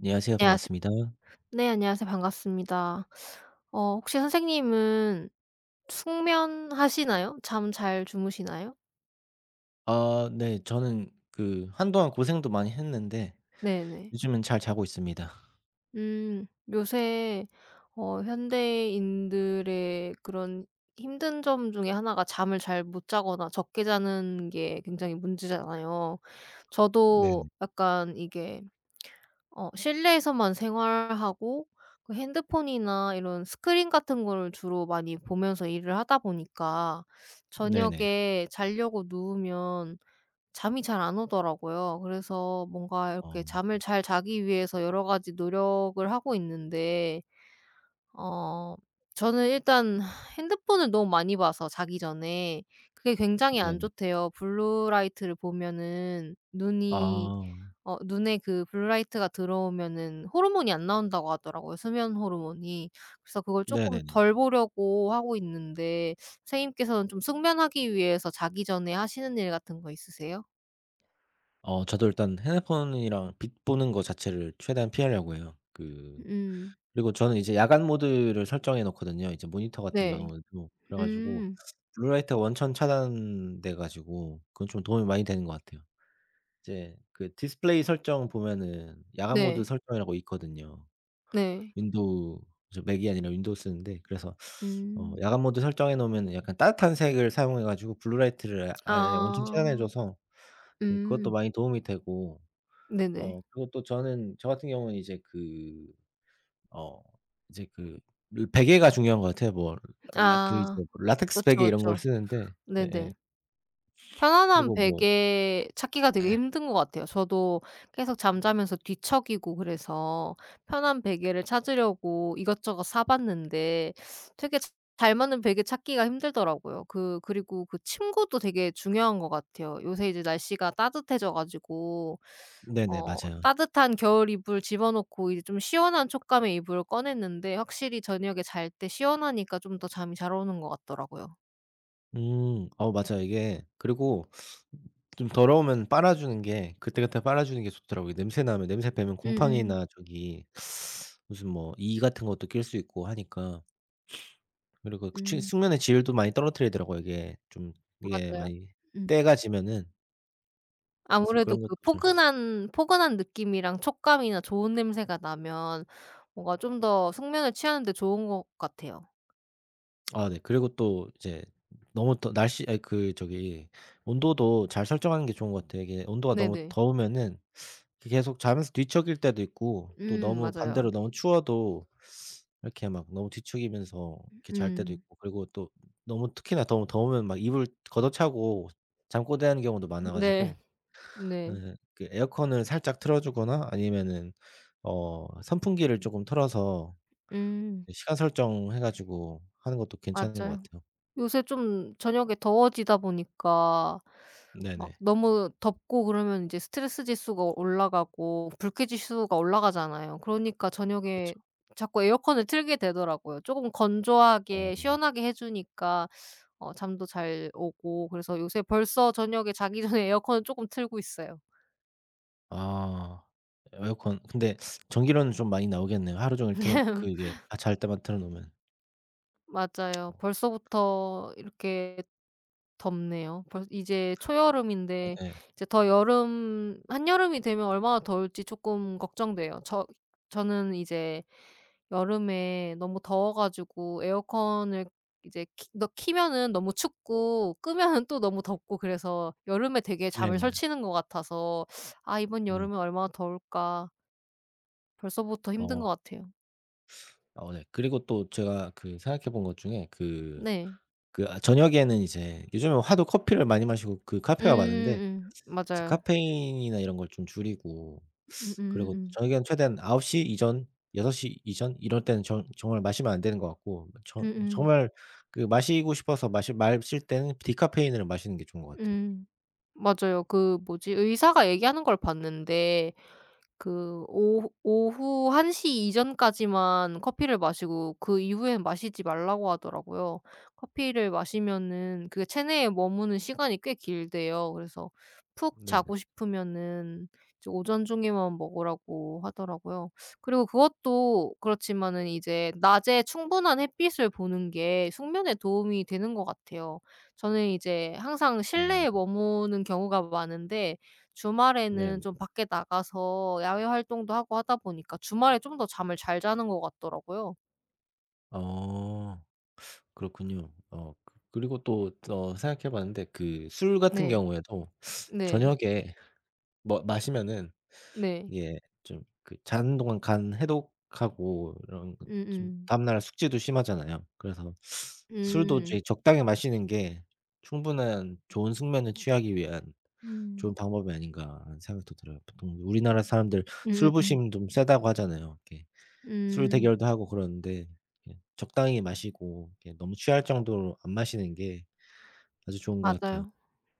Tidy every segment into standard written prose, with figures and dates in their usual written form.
네, 안녕하세요. 안녕하세 반갑습니다. 네 안녕하세요. 반갑습니다. 혹시 선생님은 숙면하시나요? 잠 잘 주무시나요? 네. 저는 그 한동안 고생도 많이 했는데 네네. 요즘은 잘 자고 있습니다. 음 요새 현대인들의 그런 힘든 점 중에 하나가 잠을 잘 못 자거나 적게 자는 게 굉장히 문제잖아요. 저도 네네. 약간 이게 실내에서만 생활하고 그 핸드폰이나 이런 스크린 같은 거를 주로 많이 보면서 일을 하다 보니까 네네. 저녁에 자려고 누우면 잠이 잘 안 오더라고요. 그래서 뭔가 이렇게 어 잠을 잘 자기 위해서 여러 가지 노력을 하고 있는데 어 저는 일단 핸드폰을 너무 많이 봐서 자기 전에 그게 굉장히 안 네네. 좋대요. 블루라이트를 보면은 눈이 아 눈에 그 블루라이트가 들어오면은 호르몬이 안 나온다고 하더라고요, 수면 호르몬이. 그래서 그걸 조금 네네네. 덜 보려고 하고 있는데 선생님께서는 좀 숙면하기 위해서 자기 전에 하시는 일 같은 거 있으세요? 저도 일단 핸드폰이랑 빛 보는 거 자체를 최대한 피하려고 해요. 음. 그리고 저는 이제 야간 모드를 설정해 놓거든요, 이제 모니터 같은 네. 경우에도. 그래 가지고 음. 블루라이트가 원천 차단돼 가지고 그건 좀 도움이 많이 되는 것 같아요. 이제 그 디스플레이 설정 보면은 야간 모드 네. 설정이라고 있거든요. 네. 윈도우 이제 맥이 아니라 윈도우 쓰는데. 그래서 음. 야간 모드 설정해 놓으면 약간 따뜻한 색을 사용해 가지고 블루라이트를 아예 원천 차단해 아. 줘서, 예 그것도 음. 많이 도움이 되고. 네네. 그리고 또 저는, 저 같은 경우는 이제 그 어 이제 그 르 베개가 중요한 것 같아요. 뭐 라 그 이제 아. 뭐 라텍스 그쵸, 베개 이런 걸 그쵸. 쓰는데. 예예. 네네. 편안한 그리고 뭐, 베개 찾기가 되게 예. 힘든 것 같아요. 저도 계속 잠자면서 뒤척이고 그래서 편한 베개를 찾으려고 이것저것 사 봤는데 되게 자 잘 맞는 베개 찾기가 힘들더라고요. 그리고 그 침구도 되게 중요한 것 같아요. 요새 이제 날씨가 따뜻해져 가지고 네네. 맞아요. 따뜻한 겨울 이불 집어 넣고 이제 좀 시원한 촉감의 이불을 꺼냈는데 확실히 저녁에 잘 때 시원하니까 좀 더 잠이 잘 오는 것 같더라고요. 음. 맞아, 이게. 그리고 좀 더러우면 빨아 주는 게, 그때그때 빨아 주는 게 좋더라고요. 냄새 나면 냄새 빼면 음음. 곰팡이나 저기 무슨 뭐 이 같은 것도 낄 수 있고 하니까. 그리고 그 치 음. 숙면의 질도 많이 떨어뜨리더라고요, 이게. 좀 이게 맞아요. 많이 음. 때가 지면은. 그래서 아무래도 그런 그 것도 좀. 포근한 포근한 느낌이랑 촉감이나 좋은 냄새가 나면 뭔가 좀 더 숙면을 취하는 데 좋은 것 같아요. 네. 그리고 또 이제 너무 더 날씨 아니 그 저기 온도도 잘 설정하는 게 좋은 것 같아요. 이게 온도가 너무 네네. 더우면은 계속 자면서 뒤척일 때도 있고, 또 음, 너무 반대로 맞아요. 너무 추워도 이렇게 막 너무 뒤척이면서 이렇게 잘 때도 음. 있고. 그리고 또 너무 특히나 더우면 막 이불 걷어차고 잠꼬대하는 경우도 많아 네. 가지고, 네. 예 그 에어컨을 살짝 틀어 주거나, 아니면은 선풍기를 쪼끔 틀어서, 음, 예 시간 설정해 가지고 하는 것도 괜찮은 것 맞아요. 같아요. 요새 좀 저녁에 더워지다 보니까 막 네네. 너무 덥고 그러면 이제 스트레스 지수가 올라가고 불쾌지수가 올라가잖아요. 그러니까 저녁에 그렇죠. 자꾸 에어컨을 틀게 되더라고요. 쪼금 어 건조하게 뭐 시원하게 해 주니까 잠도 잘 오고 그래서 요새 벌써 저녁에 자기 전에 에어컨을 조금 틀고 있어요. 아. 에어컨 근데 전기료는 좀 많이 나오겠네요. 하루 종일 틀어 그게, 아 잘 때만 틀어 놓으면. 맞아요. 어 벌써부터 이렇게 덥네요. 벌 이제 초여름인데 예예. 이제 더 여름 한여름이 되면 얼마나 더울지 조금 걱정돼요. 저는 이제 여름에 너무 더워 가지고 에어컨을 이제 키 너 키면은 너무 춥고 끄면은 또 너무 덥고 그래서 여름에 되게 잠을 네네. 설치는 것 같아서 '아 이번 네네. 여름에 얼마나 더울까.' 벌써부터 힘든 것 어. 같아요. 네. 그리고 또 제가 그 생각해 본 것 중에 네. 저녁에는 이제 요즘에 하도 커피를 많이 마시고 그 카페가 많은데 이제 맞아요. 카페인이나 이런 걸 좀 줄이고, 그리고 음음음. 저녁에는 최대한 9시 이전 6시 이전 이럴 때는 정 정말 마시면 안 되는 것 같고, 정 음음. 정말 그 마시고 싶어서 마실 때는 디카페인을 마시는 게 좋은 것 같아요. 음. 맞아요. 그 뭐지 의사가 얘기하는 걸 봤는데 그 오후 1시 이전까지만 커피를 마시고 그 이후엔 마시지 말라고 하더라고요. 커피를 마시면은 그게 체내에 머무는 시간이 꽤 길대요. 그래서 푹 네네. 자고 싶으면은 이제 오전 중에만 먹으라고 하더라고요. 그리고 그것도 그렇지만은 이제 낮에 충분한 햇빛을 보는 게 숙면에 도움이 되는 것 같아요. 저는 이제 항상 실내에 음 머무는 경우가 많은데 주말에는 네네. 좀 밖에 나가서 야외 활동도 하고 하다 보니까 주말에 좀 더 잠을 잘 자는 것 같더라고요. 어 그렇군요. 그리고 또 생각해 봤는데, 그 술 같은 네. 경우에도 네. 저녁에 뭐 마시면은, 네. 예 좀 그 자는 동안 간 해독하고 이런 거 좀, 음음. 다음날 숙제도 심하잖아요. 그래서 술도 음. 이제 적당히 마시는 게 충분한 좋은 숙면을 취하기 위한 음. 좋은 방법이 아닌가 하는 생각도 들어요. 보통 우리나라 사람들 음. 술부심 좀 세다고 하잖아요. 이렇게 술 음, 대결도 하고 그러는데, 예 적당히 마시고 이렇게 너무 취할 정도로 안 마시는 게 아주 좋은 것 같아요. 맞아요.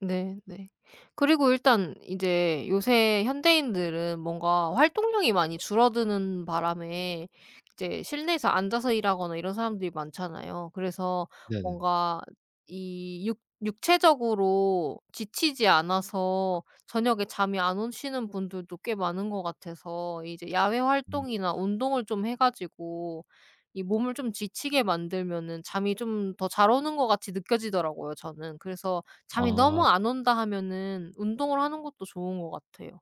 네 네. 그리고 일단 이제 요새 현대인들은 뭔가 활동량이 많이 줄어드는 바람에 이제 실내에서 앉아서 일하거나 이런 사람들이 많잖아요. 그래서 네네. 뭔가 이 육 육체적으로 지치지 않아서 저녁에 잠이 안 오시는 분들도 꽤 많은 것 같아서 이제 야외 음. 활동이나 운동을 좀 해 가지고 이 몸을 좀 지치게 만들면은 잠이 좀 더 잘 오는 것 같이 느껴지더라고요, 저는. 그래서 잠이 아. 너무 안 온다 하면은 운동을 하는 것도 좋은 것 같아요.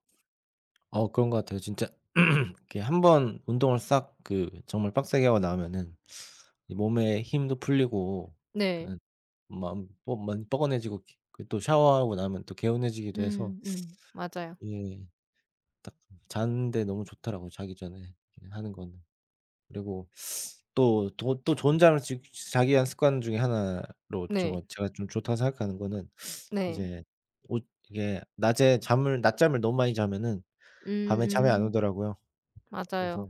그런 것 같아요, 진짜. 이렇게 한 번 운동을 싹 그 정말 빡세게 하고 나면은 이 몸에 힘도 풀리고 네. 그 마음 뻐 많이 뻐근해지고 기 그또 샤워하고 나면 또 개운해지기도 해서 맞아요. 예 딱 자는데 너무 좋더라고요, 자기 전에 예 하는 거는. 그리고 또 좋은 잠을 지 자기 위한 습관 중에 하나로, 네. 저거 제가 좀 좋다고 생각하는 거는 네. 이제 옷 이게 낮에 잠을 낮잠을 너무 많이 자면은 밤에 잠이 안 음음. 오더라고요. 맞아요. 그래서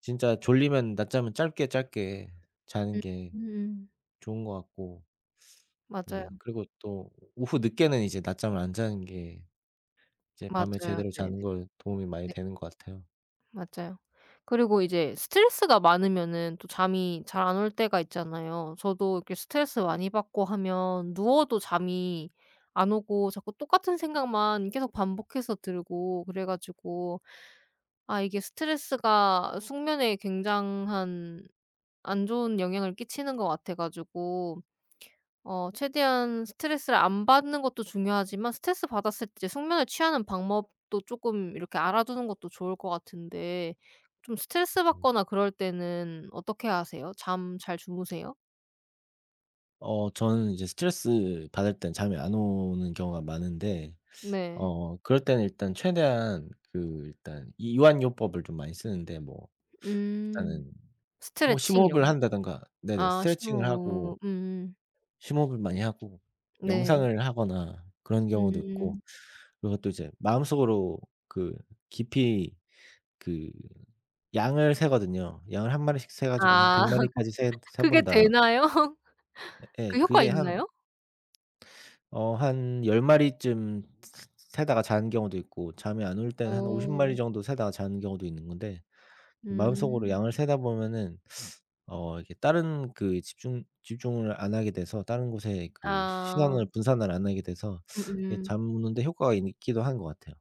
진짜 졸리면 낮잠은 짧게 짧게 자는 음 게 음 좋은 것 같고, 맞아요. 네 그리고 또 오후 늦게는 이제 낮잠을 안 자는 게 이제 밤에 맞아요. 제대로 자는 네네네. 걸 도움이 많이 되는 것 같아요. 맞아요. 그리고 이제 스트레스가 많으면은 또 잠이 잘 안 올 때가 있잖아요. 저도 이렇게 스트레스 많이 받고 하면 누워도 잠이 안 오고 자꾸 똑같은 생각만 계속 반복해서 들고 그래 가지고 아 이게 스트레스가 숙면에 굉장한 안 좋은 영향을 끼치는 것 같아 가지고 최대한 스트레스를 안 받는 것도 중요하지만 스트레스 받았을 때 숙면을 취하는 방법도 조금 이렇게 알아두는 것도 좋을 것 같은데 좀 스트레스 음. 받거나 그럴 때는 어떻게 하세요? 잠 잘 주무세요? 저는 이제 스트레스 받을 땐 잠이 안 오는 경우가 많은데, 네. 그럴 때는 일단 최대한 그 일단 이 이완요법을 좀 많이 쓰는데, 뭐 음. 일단은 뭐 스트레칭 이런 심호흡을 거? 한다든가, 네네 아 스트레칭을 하고 심호흡. 음. 심호흡을 많이 하고 네. 명상을 하거나 그런 경우도 있고, 음. 그리고 또 이제 마음속으로 그 깊이 그 양을 세거든요. 양을 한 마리씩 세 가지고 한 아 100 마리까지 세 그게 본다. 되나요? 예. 그 효과 그게 한 있나요? 한 10 마리쯤 세다가 자는 경우도 있고, 잠이 안 올 때는 한 50 어. 마리 정도 세다가 자는 경우도 있는 건데 마음속으로 음. 양을 세다 보면은 이게 다른 그 집중을 안 하게 돼서 다른 곳에 그 아. 시선을 분산을 안 하게 돼서 이게 음음. 잠 오는데 효과가 있기도 한 것 같아요.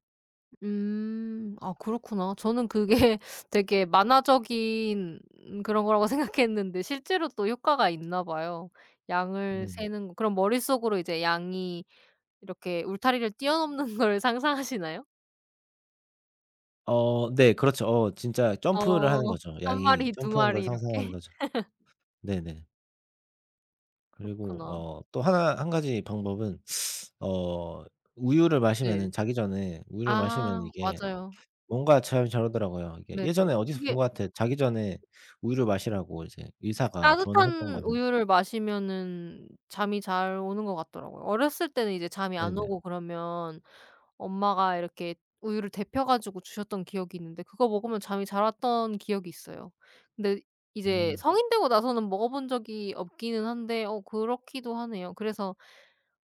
음. 아 그렇구나. 저는 그게 되게 만화적인 그런 거라고 생각했는데 실제로 또 효과가 있나 봐요. 양을 네네. 세는 거. 그럼 머릿속으로 이제 양이 이렇게 울타리를 뛰어넘는 걸 상상하시나요? 네, 그렇죠. 진짜 점프를 하는 어. 거죠. 한 양이 마리, 두 점프한 걸 마리 이렇게? 상상하는 거죠. 네네. 그리고 그렇구나. 어 또 하나 한 가지 방법은 어 우유를 네. 마시면은, 자기 전에 우유를 마시면 아 이게 맞아요. 뭔가 참 저러더라고요. 이게 네네. 예전에 어디서 본 그게 것 같아요. 자기 전에 우유를 마시라고 이제 의사가 조언을 했던 것 따뜻한 같은데. 우유를 마시면은 잠이 잘 오는 것 같더라고요. 어렸을 때는 이제 잠이 안 네네. 오고 그러면 엄마가 이렇게 우유를 데펴 가지고 주셨던 기억이 있는데 그거 먹으면 잠이 잘 왔던 기억이 있어요. 근데 이제 음 성인 되고 나서는 먹어 본 적이 없기는 한데 그렇기도 하네요. 그래서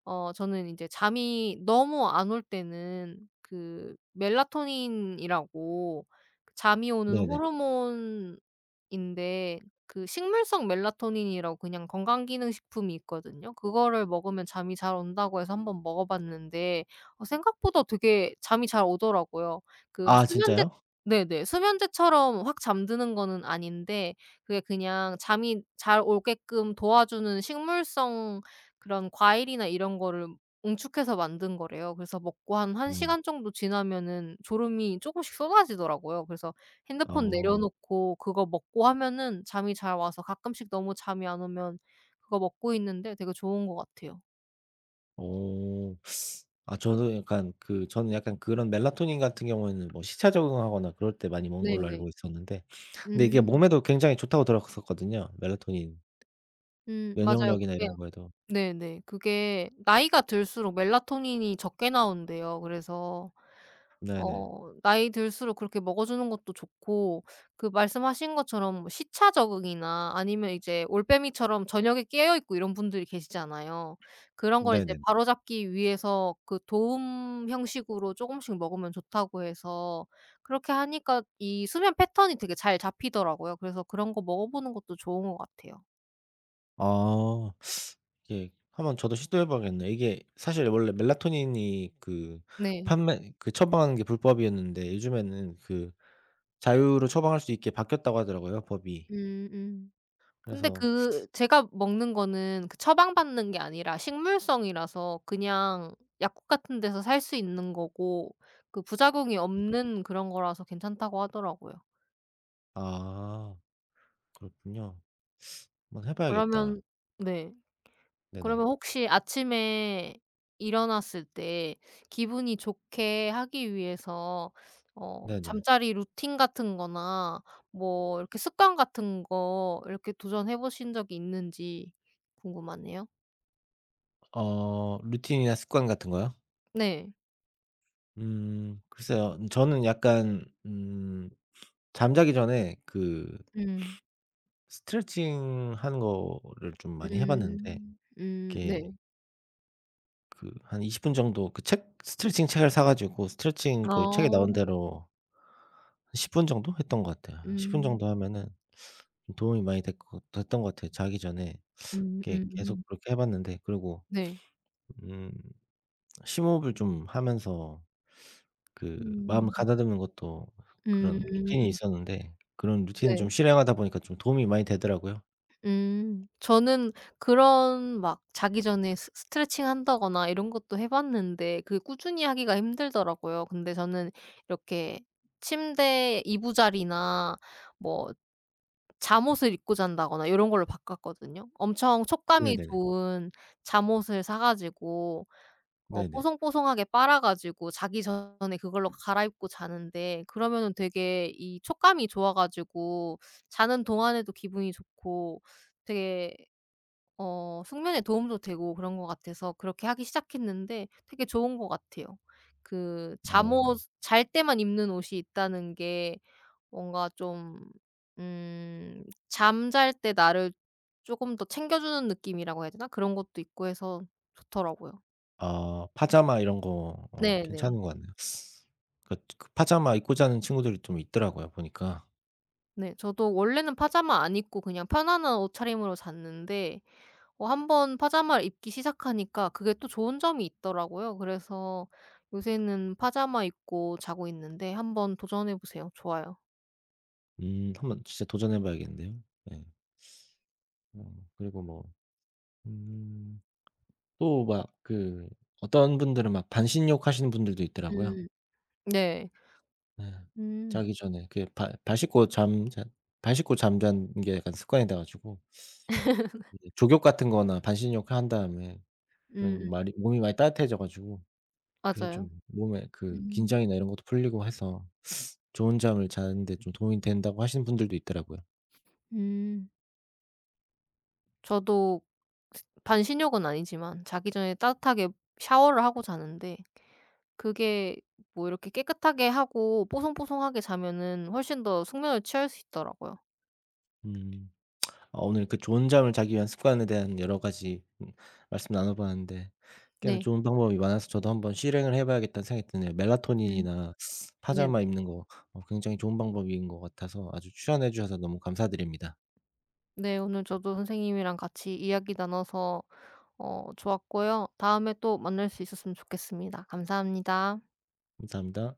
저는 이제 잠이 너무 안 올 때는 그 멜라토닌이라고 그 잠이 오는 네네. 호르몬인데 그 식물성 멜라토닌이라고 그냥 건강기능식품이 있거든요. 그거를 먹으면 잠이 잘 온다고 해서 한번 먹어 봤는데 생각보다 되게 잠이 잘 오더라고요. 그 아 수면제. 진짜요? 네네. 수면제처럼 확 잠드는 거는 아닌데 그게 그냥 잠이 잘 오게끔 도와주는 식물성 그런 과일이나 이런 거를 응축해서 만든 거래요. 그래서 먹고 한 1 네. 시간 정도 지나면은 졸음이 조금씩 쏟아지더라고요. 그래서 핸드폰 어. 내려놓고 그거 먹고 하면은 잠이 잘 와서 가끔씩 너무 잠이 안 오면 그거 먹고 있는데 되게 좋은 것 같아요. 오... 아 저도 약간 그 저는 약간 그런 멜라토닌 같은 경우에는 뭐 시차 적응하거나 그럴 때 많이 먹는 걸로 네네. 알고 있었는데, 근데 이게 음. 몸에도 굉장히 좋다고 들었었거든요, 멜라토닌 맞아요. 면역력이나 그게. 이런 거에도. 네네. 그게 나이가 들수록 멜라토닌이 적게 나온대요. 그래서 네네. 나이 들수록 그렇게 먹어 주는 것도 좋고 그 말씀하신 것처럼 뭐 시차 적응이나 아니면 이제 올빼미처럼 저녁에 깨어 있고 이런 분들이 계시잖아요. 그런 걸 이제 네네네. 바로잡기 위해서 그 도움 형식으로 조금씩 먹으면 좋다고 해서 그렇게 하니까 이 수면 패턴이 되게 잘 잡히더라고요. 그래서 그런 거 먹어 보는 것도 좋은 것 같아요. 아. 이게 한번 저도 시도해 봐야겠네요. 이게 사실 원래 멜라토닌이 그 네. 판매 그 처방하는 게 불법이었는데 요즘에는 그 자유로 처방할 수 있게 바뀌었다고 하더라고요, 법이. 음음. 근데 그래서 그 제가 먹는 거는 그 처방받는 게 아니라 식물성이라서 그냥 약국 같은 데서 살 수 있는 거고 그 부작용이 없는 그런 거라서 괜찮다고 하더라고요. 아. 그렇군요. 한번 해 봐야겠다. 그러면. 네. 네네. 그러면 혹시 아침에 일어났을 때 기분이 좋게 하기 위해서 네네. 잠자리 루틴 같은 거나 뭐 이렇게 습관 같은 거 이렇게 도전해 보신 적이 있는지 궁금하네요. 루틴이나 습관 같은 거요? 네. 글쎄요. 저는 약간 잠자기 전에 그 음. 스트레칭 하는 거를 좀 많이 해 봤는데 음. 이게 네. 한 20분 정도 그 책 스트레칭 책을 사 가지고 스트레칭 그 책에 어. 나온 대로 한 10분 정도 했던 것 같아요. 10분 정도 음. 하면은 좀 도움이 많이 됐 됐던 것 같아요. 자기 전에 이렇게 계속 음음. 그렇게 해 봤는데, 그리고 네. 음 심호흡을 좀 하면서 그 마음을 음. 가다듬는 것도 그런 음. 루틴이 있었는데, 그런 루틴을 네. 좀 실행하다 보니까 좀 도움이 많이 되더라고요. 음. 저는 그런 막 자기 전에 스 스트레칭 한다거나 이런 것도 해 봤는데 그게 꾸준히 하기가 힘들더라고요. 근데 저는 이렇게 침대 이부자리나 뭐 잠옷을 입고 잔다거나 요런 걸로 바꿨거든요. 엄청 촉감이 네네네. 좋은 잠옷을 사 가지고 네네. 뽀송뽀송하게 빨아 가지고 자기 전에 그걸로 갈아입고 자는데 그러면은 되게 이 촉감이 좋아 가지고 자는 동안에도 기분이 좋고 되게 숙면에 도움도 되고 그런 것 같아서 그렇게 하기 시작했는데 되게 좋은 것 같아요. 그 어. 잠옷 잘 때만 입는 옷이 있다는 게 뭔가 좀 잠잘 때 나를 쪼금 더 챙겨주는 느낌이라고 해야 되나? 그런 것도 있고 해서 좋더라고요. 아 파자마 이런 거 네네. 괜찮은 것 같네요. 그 파자마 입고 자는 친구들이 좀 있더라고요 보니까. 네. 저도 원래는 파자마 안 입고 그냥 편안한 옷차림으로 잤는데 한번 파자마를 입기 시작하니까 그게 또 좋은 점이 있더라고요. 그래서 요새는 파자마 입고 자고 있는데 한번 도전해 보세요. 좋아요. 한번 진짜 도전해 봐야겠는데요. 네. 그리고 뭐 음 또 막 그 어떤 분들은 막 반신욕 하시는 분들도 있더라고요. 음. 네. 네. 음. 자기 전에 그 발 씻고 잠 잔 발 씻고 잠자는 게 약간 습관이 돼 가지고 이제 족욕 같은 거나 반신욕 한 다음에 음 그러면 말이 몸이 많이 따뜻해져 가지고 그게 좀 맞아요. 몸에 그 음. 긴장이나 이런 것도 풀리고 해서 좋은 잠을 자는 데 좀 도움이 된다고 하시는 분들도 있더라고요. 음. 저도 반신욕은 아니지만 자기 전에 따뜻하게 샤워를 하고 자는데 그게 뭐 이렇게 깨끗하게 하고 뽀송뽀송하게 자면은 훨씬 더 숙면을 취할 수 있더라고요. 음. 오늘 그 좋은 잠을 자기 위한 습관에 대한 여러 가지 말씀 나눠 봤는데, 꽤나 네. 좋은 방법이 많아서 저도 한번 실행을 해 봐야겠다는 생각이 드네요. 음. 멜라토닌이나 파자마 네네. 입는 거 굉장히 좋은 방법인 것 같아서 아주 추천해 주셔서 너무 감사드립니다. 네. 오늘 저도 선생님이랑 같이 이야기 나눠서 좋았고요. 다음에 또 만날 수 있었으면 좋겠습니다. 감사합니다. 감사합니다.